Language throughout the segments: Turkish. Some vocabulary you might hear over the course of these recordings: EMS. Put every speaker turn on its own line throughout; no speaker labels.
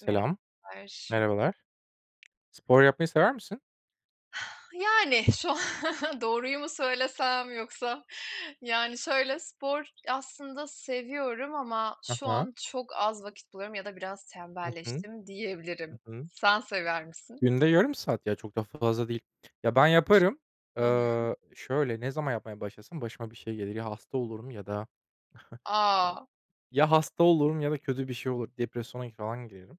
Merhabalar.
merhabalar. Spor yapmayı sever misin?
Yani, şu an doğruyu mu söylesem yoksa. Yani, şöyle, spor aslında seviyorum ama
Hı
şu
hı.
an çok az vakit buluyorum ya da biraz
Hı hı.
tembelleştim diyebilirim.
Hı.
Sen sever misin?
Günde yarım saat ya, çok da fazla değil. Ya, ben yaparım.
Hı hı.
Şöyle, ne zaman yapmaya başlasam başıma bir şey gelir. Ya hasta olurum ya da
A!
Ya hasta olurum ya da kötü bir şey olur. Depresyona falan girerim.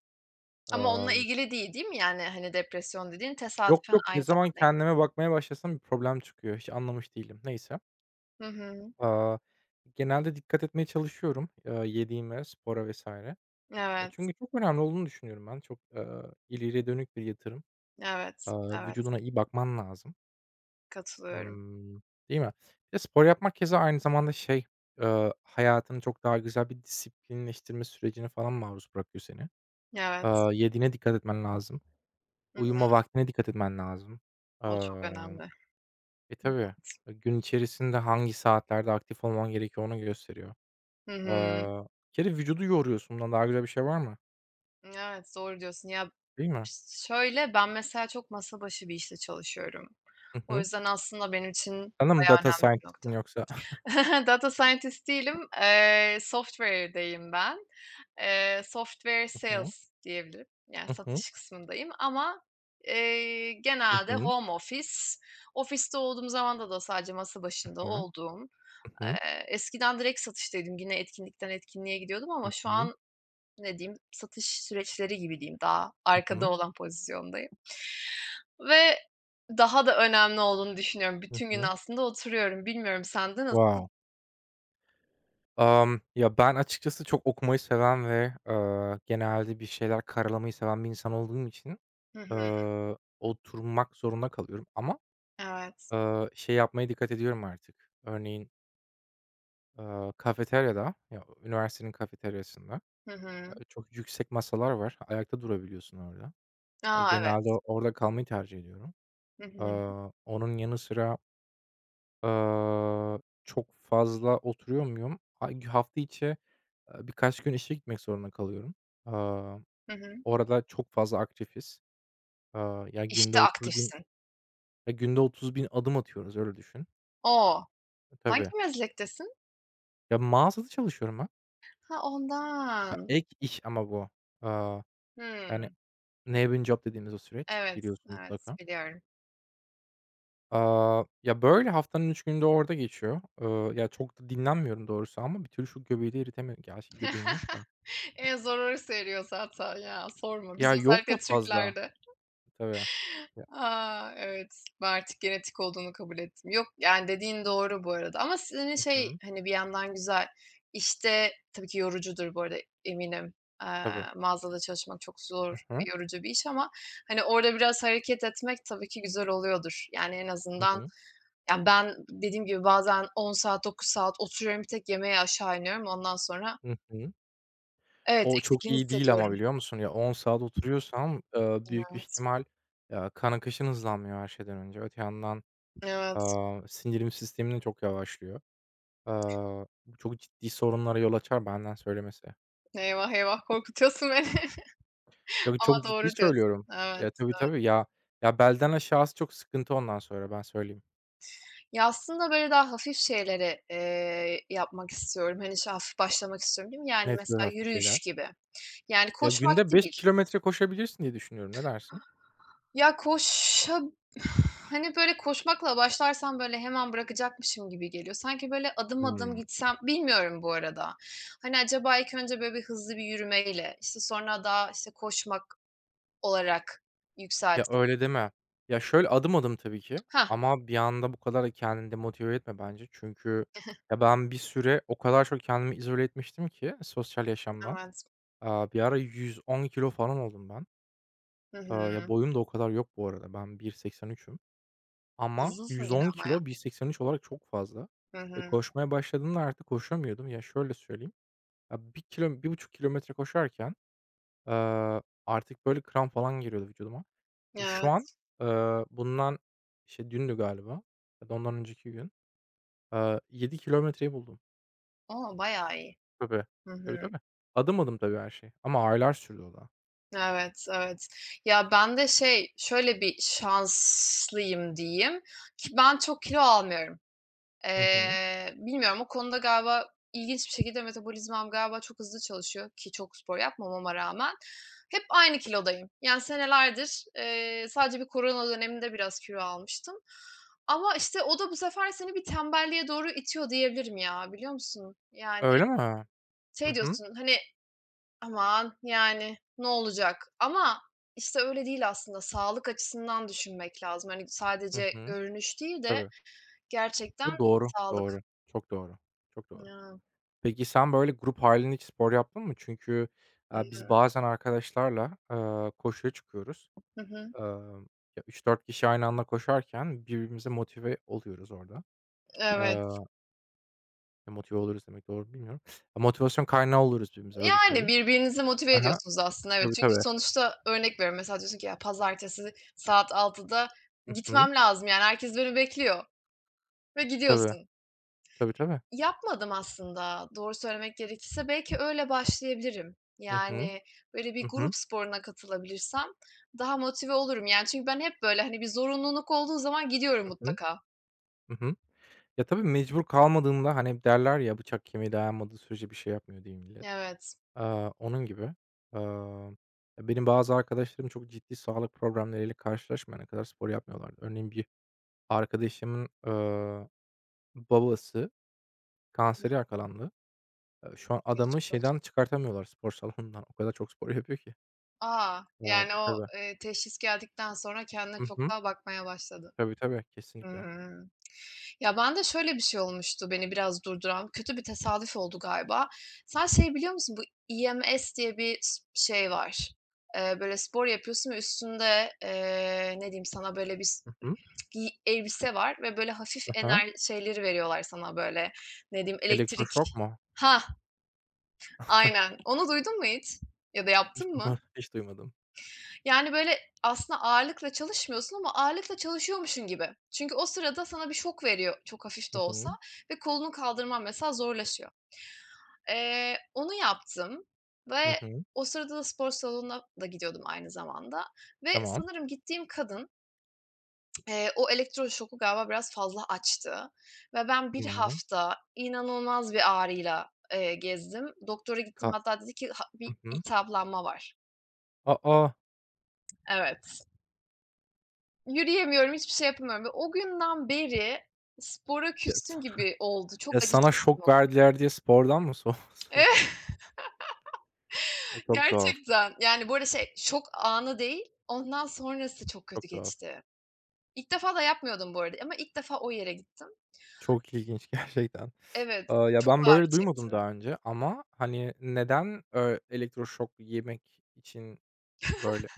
Ama onunla
Emm,
ilgili değil, değil mi? Yani, hani, depresyon dediğin
Yok,
tesadüfen
yok, ne
aynı
zaman
zamanda.
kendime bakmaya başlasam bir problem çıkıyor. Hiç anlamış değilim. Neyse.
Hı hı.
Aaa, Genelde dikkat etmeye çalışıyorum, yediğime, spora vesaire.
Evet,
Çünkü çok önemli olduğunu düşünüyorum ben. Çok, ileriye dönük bir yatırım.
evet, evet.
Vücuduna iyi bakman lazım.
Katılıyorum.
Imm, Değil mi? Bir de spor yapmak keza aynı zamanda şey, hayatını çok daha güzel bir disiplinleştirme sürecine falan maruz bırakıyor seni.
Evet.
Yediğine dikkat etmen lazım.
Hı.
Uyuma vaktine dikkat etmen lazım.
O çok
Amm,
önemli.
E, tabii. E, gün içerisinde hangi saatlerde aktif olman gerekiyor onu gösteriyor.
Hı hı.
Bir kere vücudu yoruyorsun. Bundan daha güzel bir şey var mı?
Evet, doğru diyorsun. Ya,
Değil mi?
ş şöyle, ben mesela çok masa başı bir işte çalışıyorum.
Hı
O
hı.
yüzden aslında benim için
Sen de
bayağı
data
önemli bir nokta.
scientist'sin yoksa?
Data scientist değilim, software'deyim ben. Software sales diyebilirim. Yani
Hı hı.
satış kısmındayım ama, genelde
Hı
home office. Ofiste olduğum zamanda da sadece masa başında
hı. Hı
olduğum.
hı.
Eskiden direkt satıştaydım. Yine etkinlikten etkinliğe gidiyordum
Hı
ama şu
hı. Hı hı.
an ne diyeyim, satış süreçleri gibi diyeyim, daha
Hı
arkada
hı.
olan pozisyondayım ve daha da önemli olduğunu düşünüyorum.
Hı
Bütün gün
hı.
aslında oturuyorum. Bilmiyorum sende nasıl?
Wow. Ya, ben açıkçası çok okumayı seven ve, genelde bir şeyler karalamayı seven bir insan olduğum için,
Hı hı.
oturmak zorunda kalıyorum ama,
Evet.
şey yapmaya dikkat ediyorum artık. Örneğin, kafeteryada, ya, üniversitenin kafeteryasında,
Hı hı.
çok yüksek masalar var. Ayakta durabiliyorsun orada.
A, evet.
Genelde orada kalmayı tercih ediyorum.
Hı hı.
Onun yanı sıra, eee, çok fazla oturuyor muyum? Ay, hafta içi. Birkaç gün işe gitmek zorunda kalıyorum. Aaa,
Hı hı.
Orada çok fazla aktifiz. Ya, günde
İşte
30.000,
aktifsin.
ya, günde 30.000 adım atıyoruz, öyle düşün.
O!
E,
Hangi
tabii.
meslektesin?
Ya, mağazada çalışıyorum ben.
Ha,
Ya,
ondan.
ek iş ama bu. Aaa, Yani,
Hımm.
"neighboring job" dediğimiz o süreç,
Evet,
biliyorsun
evet,
mutlaka.
biliyorum.
Ya, böyle haftanın 3 günü de orada geçiyor. Ya, çok da dinlenmiyorum doğrusu ama bir türlü şu göbeği de eritemiyorum. Gerçi göbeğim yok da.
En zor orası eriyorsa zaten ya, sorma. Biz
Ya, yok
özellikle
da fazla.
Türklerde.
Tabii. Ya.
A! Evet, ben artık genetik olduğunu kabul ettim. Yok, yani, dediğin doğru bu arada ama senin
Hı
şey,
hı.
hani, bir yandan güzel. İşte, tabii ki yorucudur bu arada eminim. Eee,
Tabii.
Mağazada çalışmak çok zor
Hı hı.
ve yorucu bir iş ama, hani, orada biraz hareket etmek tabii ki güzel oluyordur. Yani, en
Hı
azından,
hı.
yani ben dediğim gibi bazen 10 saat, 9 saat oturuyorum, bir tek yemeğe aşağı iniyorum. Ondan sonra,
Hı hı.
evet,
O çok
eksikliğini
iyi değil ama
hissediyorum.
biliyor musun? Ya 10 saat oturuyorsam, büyük bir
Evet,
ihtimal, kan akışın hızlanmıyor her şeyden önce. Öte yandan,
evet.
sindirim sistemim de çok yavaşlıyor. Eee, Bu çok ciddi sorunlara yol açar benden söylemesi.
Eyvah, eyvah korkutuyorsun beni
Yok,
ama
çok ciddi
doğru diyorsun.
söylüyorum. Ya,
Evet.
tabii, tabii. Ya, ya, belden aşağısı çok sıkıntı ondan sonra ben söyleyeyim.
Ya, aslında, böyle, daha hafif şeyleri, yapmak istiyorum. Hani, şey, hafif başlamak istiyorum diyeyim. Yani,
Net, bir
mesela
hafif
yürüyüş
şeyler.
gibi. Yani,
Ya,
koşmak
günde 5
değil.
kilometre koşabilirsin diye düşünüyorum. Ne dersin?
Ya, hani, böyle, koşmakla başlarsam, böyle, hemen bırakacakmışım gibi geliyor. Sanki, böyle, adım
Hıı.
adım gitsem. Bilmiyorum bu arada. Hani, acaba ilk önce, böyle, bir hızlı bir yürümeyle, işte, sonra daha, işte, koşmak olarak
Ya,
yükseltip.
öyle deme. Ya, şöyle, adım adım tabii ki
Ha.
ama bir anda bu kadar da kendini demotive etme bence. Çünkü ya, ben bir süre o kadar çok kendimi izole etmiştim ki sosyal yaşamdan.
Evet.
Bir ara 110 kilo falan oldum ben.
Hı hı.
Ya, boyum da o kadar yok bu arada. Ben 1,83'üm ama
Uzun su yine
110
ama ya.
kilo 1,83 olarak çok fazla
Hı
ve
hı.
koşmaya başladığımda artık koşamıyordum. Ya, şöyle söyleyeyim, ya, 1 kilo 1,5 kilometre koşarken, aaa, artık böyle kramp falan giriyordu vücuduma. Şu an,
Evet.
bundan, işte, dündü galiba ya da ondan önceki gün, 7 kilometreyi buldum.
O! Bayağı iyi.
Tabii.
Hı
Tabii,
hı.
tabii. Adım adım tabii her şey ama aylar sürdü o da.
Evet, evet. Ya, ben de şey, şöyle bir şanslıyım diyeyim ki ben çok kilo almıyorum.
Hı hı.
Bilmiyorum o konuda galiba ilginç bir şekilde metabolizmam galiba çok hızlı çalışıyor ki çok spor yapmamama rağmen. Hep aynı kilodayım. Yani senelerdir, sadece bir korona döneminde biraz kilo almıştım ama, işte, o da bu sefer seni bir tembelliğe doğru itiyor diyebilirim ya, biliyor musun? Yani
Öyle mi? Hı
şey
hı.
diyorsun, hani, Aman, yani ne olacak? Ama, işte, öyle değil aslında. Sağlık açısından düşünmek lazım. Hani,
Hı
sadece
hı.
görünüş değil de
Tabii.
gerçekten
Bu doğru,
sağlık.
doğru. Çok doğru. Çok doğru.
Ya.
Peki sen böyle grup hâlinde hiç spor yaptın mı? Çünkü, biz bazen arkadaşlarla, koşuya çıkıyoruz.
Hı hı.
Emm, Ya 3-4 kişi aynı anda koşarken birbirimize motive oluyoruz orada.
Evet.
Eee E, motive oluruz demek doğru mu bilmiyorum. Motivasyon kaynağı oluruz birbirimize öyle
Yani,
söyleyeyim.
birbirinizi motive
Hı hı.
ediyorsunuz aslında, evet.
Tabii,
Çünkü
tabii.
sonuçta örnek veriyorum, mesela diyorsun ki, "Ya, pazartesi saat 6'da
Hı hı.
gitmem lazım, yani, herkes beni bekliyor." ve
Tabii.
gidiyorsun.
Tabii, tabii.
Yapmadım aslında doğru söylemek gerekirse. Belki öyle başlayabilirim.
Hı hı.
Yani, böyle bir
Hı hı.
grup sporuna katılabilirsem daha motive olurum. Yani, çünkü ben hep böyle, hani, bir zorunluluk olduğu zaman gidiyorum
Hı hı.
mutlaka.
Hı hı. Ya, tabii mecbur kalmadığında, hani, hep derler ya, "Bıçak kemiğe dayanmadığı sürece bir şey yapmıyor." diye millet.
Evet,
Onun gibi. Aaa, Ya, benim bazı arkadaşlarım çok ciddi sağlık problemleriyle karşılaşmayana kadar spor yapmıyorlardı. Örneğin bir arkadaşımın, babası kanseri yakalandı. Şu an adamı
geçmiş olsun.
şeyden çıkartamıyorlar, spor salonundan. O kadar çok spor yapıyor ki.
A! Yani o,
Tabii.
teşhis geldikten sonra kendine
Hı
çok
hı.
daha bakmaya başladı.
Tabii, tabii. Kesinlikle.
Hıı. Ya, bende şöyle bir şey olmuştu beni biraz durduran, kötü bir tesadüf oldu galiba. Sen şey biliyor musun? Bu EMS diye bir şey var. Böyle spor yapıyorsun ve üstünde, ne diyeyim sana, böyle bir
Hı hı.
giy elbise var ve böyle hafif
Hı hı.
şeyleri veriyorlar sana böyle, ne diyeyim, elektrik.
Elektroşok mu?
Ha, aynen. Onu duydun mu hiç ya da
Hiç
yaptın mı?
duymadım, hiç duymadım.
Yani, böyle, aslında ağırlıkla çalışmıyorsun ama ağırlıkla çalışıyormuşsun gibi. Çünkü o sırada sana bir şok veriyor, çok hafif de
Hı hı.
olsa ve kolunu kaldırman mesela zorlaşıyor. Onu yaptım
Hı
ve
hı.
o sırada da spor salonuna da gidiyordum aynı zamanda ve
Tamam,
sanırım gittiğim kadın, o elektroşoku galiba biraz fazla açtı ve ben bir
tamam.
hafta inanılmaz bir ağrıyla, gezdim. Doktora gittim,
Ka
hatta dedi ki ha bir
Hı hı.
iltihaplanma var.
A! A!
Evet. Yürüyemiyorum, hiçbir şey yapamıyorum ve o günden beri spora
Ya,
küstüm
sa
gibi oldu.
ya,
Çok acı
sana
çektim
şok
o gün.
verdiler diye spordan mı so so.
Evet,
E, çok tuhaf,
gerçekten. Yani, bu arada şey, şok anı değil, ondan sonrası çok kötü
çok tuhaf.
geçti. İlk defa da yapmıyordum bu arada ama ilk defa o yere gittim.
Çok ilginç gerçekten.
Evet,
Ya,
çok
ben
ağrı
böyle duymadım
çektim.
daha önce ama, hani, neden, elektroşok yemek için böyle.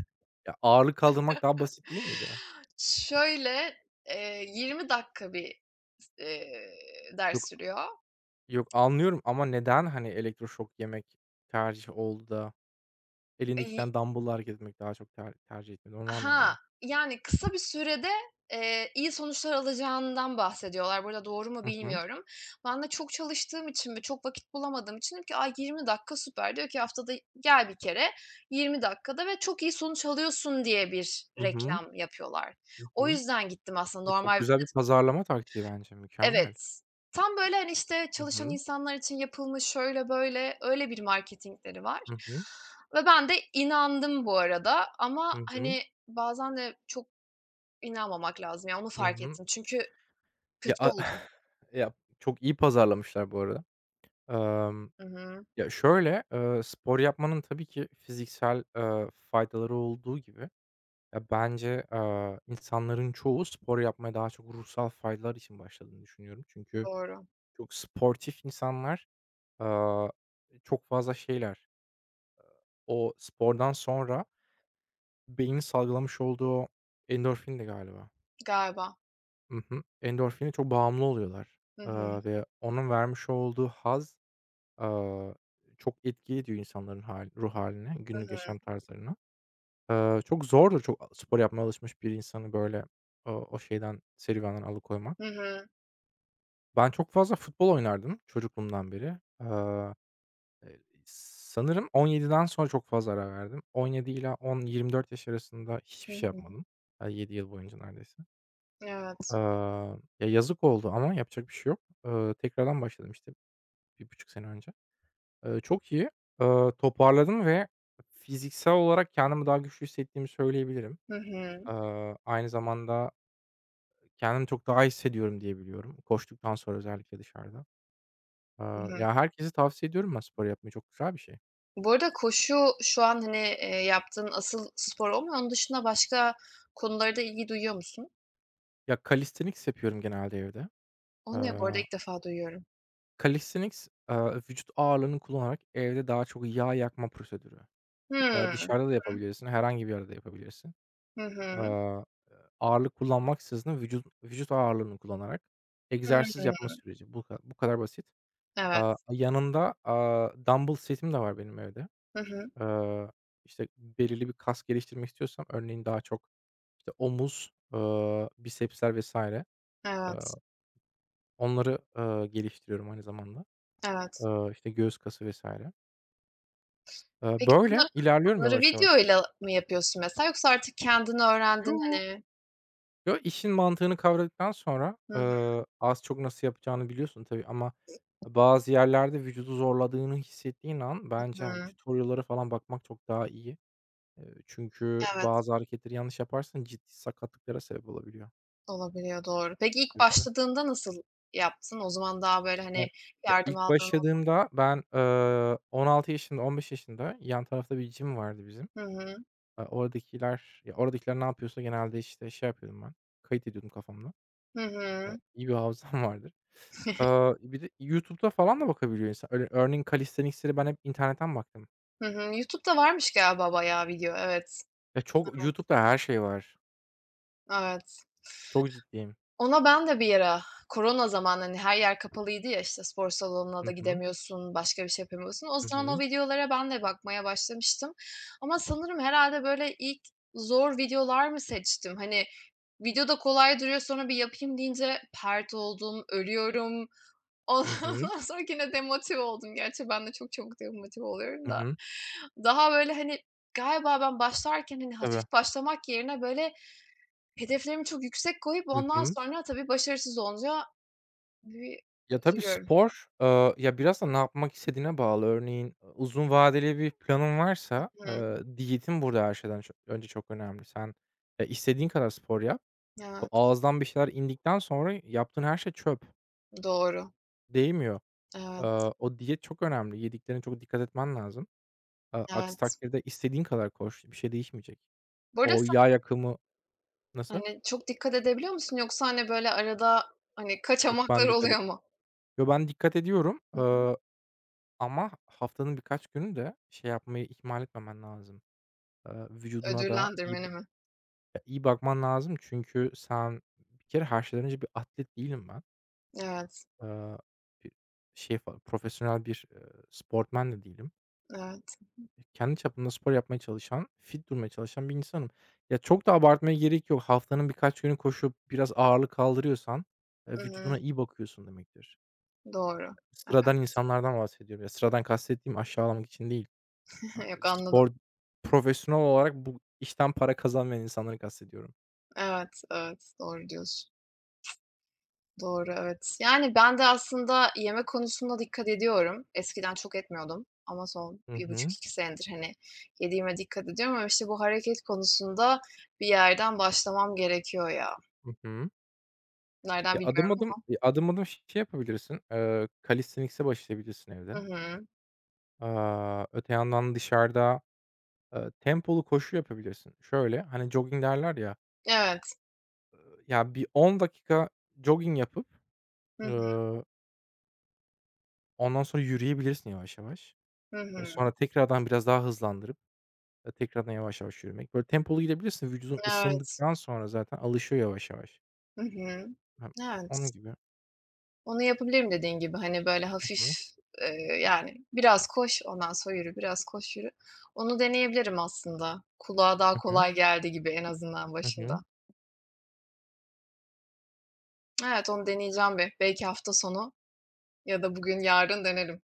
Ya, ağırlık kaldırmak daha basit değil miydi?
Şöyle, 20 dakika bir ders
Yok.
sürüyor.
Yok, anlıyorum ama neden, hani, elektroşok yemek tercih oldu da elinde 2
Eee
tane dumbbell'la hareket etmek daha çok ter tercih etmedi onu
Ha,
anlamadım.
yani kısa bir sürede, iyi sonuçlar alacağından bahsediyorlar. Burada doğru mu
Hı hı.
bilmiyorum. Ben de çok çalıştığım için ve çok vakit bulamadığım için dedim ki, "Ay, 20 dakika süper." Diyor ki, "Haftada gel bir kere 20 dakikada ve çok iyi sonuç alıyorsun." diye bir
Hı hı.
reklam yapıyorlar.
Hı
O
hı.
yüzden gittim aslında
E, çok
normal.
güzel bir pazarlama taktiği bence, mükemmel.
Evet. Tam böyle, hani, işte,
Hı
çalışan
hı.
insanlar için yapılmış şöyle böyle, öyle bir marketingleri var
Hı hı.
ve ben de inandım bu arada ama,
Hı hı.
hani, bazen de çok. İnanmamak lazım ya, onu
Hı
fark
hı.
ettim. Çünkü
Ya,
kötü oldum.
ya, çok iyi pazarlamışlar bu arada. Emm,
Hı hı.
Ya, şöyle, spor yapmanın tabii ki fiziksel, faydaları olduğu gibi. Ya, bence, insanların çoğu spor yapmaya daha çok ruhsal faydalar için başladığını düşünüyorum. Çünkü
Doğru.
çok sportif insanlar, aaa, çok fazla şeyler, o spordan sonra beynin salgılamış olduğu endorfin de galiba.
Galiba.
Hı hı. Endorfine çok bağımlı oluyorlar,
Hı hı.
ve onun vermiş olduğu haz, aaa, çok etki ediyor insanların hâl ruh haline,
Hı
günlük
hı.
yaşam tarzlarına. Çok zordur çok spor yapmaya alışmış bir insanı böyle o şeyden serüvenden alıkoymak.
Hı hı.
Ben çok fazla futbol oynardım çocukluğumdan beri. Eee, e, Sanırım 17'den sonra çok fazla ara verdim. 17 ile 10-24 yaş arasında
Hı
hiçbir şey
hı.
yapmadım. 7 yıl boyunca neredeyse.
Evet.
Ya, yazık oldu ama yapacak bir şey yok. Tekrardan başladım, işte, 1,5 sene önce. Çok iyi. Toparladım ve fiziksel olarak kendimi daha güçlü hissettiğimi söyleyebilirim.
Hı hı.
Aynı zamanda kendimi çok daha iyi hissediyorum diye biliyorum. Koştuktan sonra özellikle dışarıda.
Hı hı.
Ya, herkese tavsiye ediyorum ben spor yapmayı, çok güzel bir şey.
Bu arada koşu şu an, hani, yaptığın asıl spor o mu? Onun dışında başka konulara da ilgi duyuyor musun?
Ya, calisthenics yapıyorum genelde evde.
Onu ne bu arada?
Aaa,
İlk defa duyuyorum.
Calisthenics, vücut ağırlığını kullanarak evde daha çok yağ yakma prosedürü.
Hıı.
Ya,
Hı
dışarıda da
hı.
yapabilirsin, herhangi bir yerde yapabilirsin.
Hı hı.
Aaa, Ağırlık kullanmaksızın vücut ağırlığını kullanarak egzersiz
Hıı.
yapma süreci. Bu kadar basit.
Evet.
Yanında, dumbbell setim de var benim evde.
Hı hı.
Aaa, işte, belirli bir kas geliştirmek istiyorsam örneğin daha çok. İşte omuz, bisepsler vs. eee,
Evet.
Onları, geliştiriyorum aynı zamanda.
Evet.
İşte göğüs kası vesaire.
Peki
Böyle ilerliyorum
bunları
yavaş yavaş.
video ile mi yapıyorsun mesela yoksa artık kendini öğrendin,
Yo,
hani.
yo, işin mantığını kavradıktan sonra,
Hı hı.
az çok nasıl yapacağını biliyorsun tabii ama bazı yerlerde vücudu zorladığını hissettiğin an bence, hani,
Hı.
tutorial'lara falan bakmak çok daha iyi. Çünkü
Evet.
bazı hareketleri yanlış yaparsan ciddi sakatlıklara sebep olabiliyor.
Olabiliyor, doğru. Peki ilk
Tabii,
başladığında nasıl yaptın? O zaman daha böyle,
Ben
hani,
Ya,
yardım
ilk
aldığın o.
başladığımda ben, 16 yaşında, 15 yaşında yan tarafta bir gym vardı bizim.
Hı hı.
Oradakiler ne yapıyorsa genelde, işte, şey yapıyordum ben, kayıt ediyordum kafamda.
Hı hı.
İyi bir hafızam vardır. Bir de YouTube'da falan da bakabiliyor insan. Öyle. Örneğin calisthenics'leri ben hep internetten baktım.
Hı hı. YouTube'da varmış galiba bayağı video. Evet.
Ya, çok
Evet.
YouTube'da her şey var.
Evet.
Çok ciddiyim.
Ona ben de bir ara korona zamanı, hani, her yer kapalıydı ya, işte, spor salonuna
Hı
da
hı.
gidemiyorsun, başka bir şey yapamıyorsun. O
Hı
zaman o
hı.
videolara ben de bakmaya başlamıştım ama sanırım herhâlde böyle ilk zor videolar mı seçtim? Hani, videoda kolay duruyor, sonra bir yapayım deyince pert oldum, ölüyorum.
Hı hı.
Ondan sonra yine demotive oldum. Gerçi ben de çok çabuk demotive oluyorum
Hı
da.
hı.
Daha böyle, hani, galiba ben başlarken, hani,
Tabii.
hafif başlamak yerine, böyle, hedeflerimi çok yüksek koyup
Hı
ondan
hı.
sonra tabii başarısız olunca bir
Ya, tabii
üzülüyorum.
spor, ya, biraz da ne yapmak istediğine bağlı. Örneğin, uzun vadeli bir planın varsa,
Hı,
diyetin burada her şeyden önce çok önemli. Sen, istediğin kadar spor yap. O
evet,
ağızdan bir şeyler indikten sonra yaptığın her şey çöp.
doğru.
Değmiyor.
Evet,
O diyet çok önemli. Yediklerine çok dikkat etmen lazım. Aksi
evet.
takdirde istediğin kadar koş, bir şey değişmeyecek.
Bu arada
O yağ
sen,
yakımı. Nasıl?
hani, çok dikkat edebiliyor musun yoksa, hani, böyle, arada, hani,
Yok,
kaçamaklar
ben dikkat e
oluyor mu?
Yo, ben dikkat ediyorum,
Hı hı.
ama haftanın birkaç günü de şey yapmayı ihmal etmemen lazım. Vücuduna da iyi ba
Ödüllendirmeni mi?
Ya, iyi bakman lazım çünkü sen bir kere her şeyden önce bir atlet değilim ben.
Evet,
Eee, bir şey fa profesyonel bir, sportman da değilim.
evet.
Kendi çapımda spor yapmaya çalışan, fit durmaya çalışan bir insanım. Ya, çok da abartmaya gerek yok. Haftanın birkaç günü koşup biraz ağırlık kaldırıyorsan,
Hı hı.
vücuduna iyi bakıyorsun demektir.
Doğru. Evet.
Sıradan insanlardan bahsediyorum. Ya, sıradan kastettiğim aşağılamak için değil. Hani,
Yok, anladım.
spor profesyonel olarak bu işten para kazanmayan insanları kastediyorum.
Evet, evet. Doğru diyorsun. Doğru, evet. Yani ben de aslında yemek konusunda dikkat ediyorum. Eskiden çok etmiyordum ama son
Hı
bir buçuk
hı.
iki senedir, hani, yediğime dikkat ediyorum ama, işte, bu hareket konusunda bir yerden başlamam gerekiyor ya.
Hı hı.
Nereden
Ya, adım
bilmiyorum.
adım ya, adım adım şey yapabilirsin, calisthenics'e başlayabilirsin
Hı
evde.
hı.
Öte yandan dışarıda, tempolu koşu yapabilirsin. Şöyle, hani, jogging derler ya,
Evet.
ya, bir 10 dakika jogging yapıp,
Hı hı.
ııı, ondan sonra yürüyebilirsin yavaş yavaş.
Hı hı.
Sonra tekrardan biraz daha hızlandırıp, tekrardan yavaş yavaş yürümek. Böyle tempolu gidebilirsin. Vücudun
Evet.
ısındıktan sonra zaten alışıyor yavaş yavaş.
Hı hı.
Hımm,
Evet.
onun gibi.
Onu yapabilirim dediğin gibi. Hani, böyle,
Hı
hafif,
hı.
yani, biraz koş, ondan sonra yürü, biraz koş, yürü. Onu deneyebilirim aslında. Kulağa daha
Hı hı.
kolay geldi gibi en azından
Hı
başında.
hı.
Evet, onu deneyeceğim bir. Belki hafta sonu ya da bugün, yarın denerim.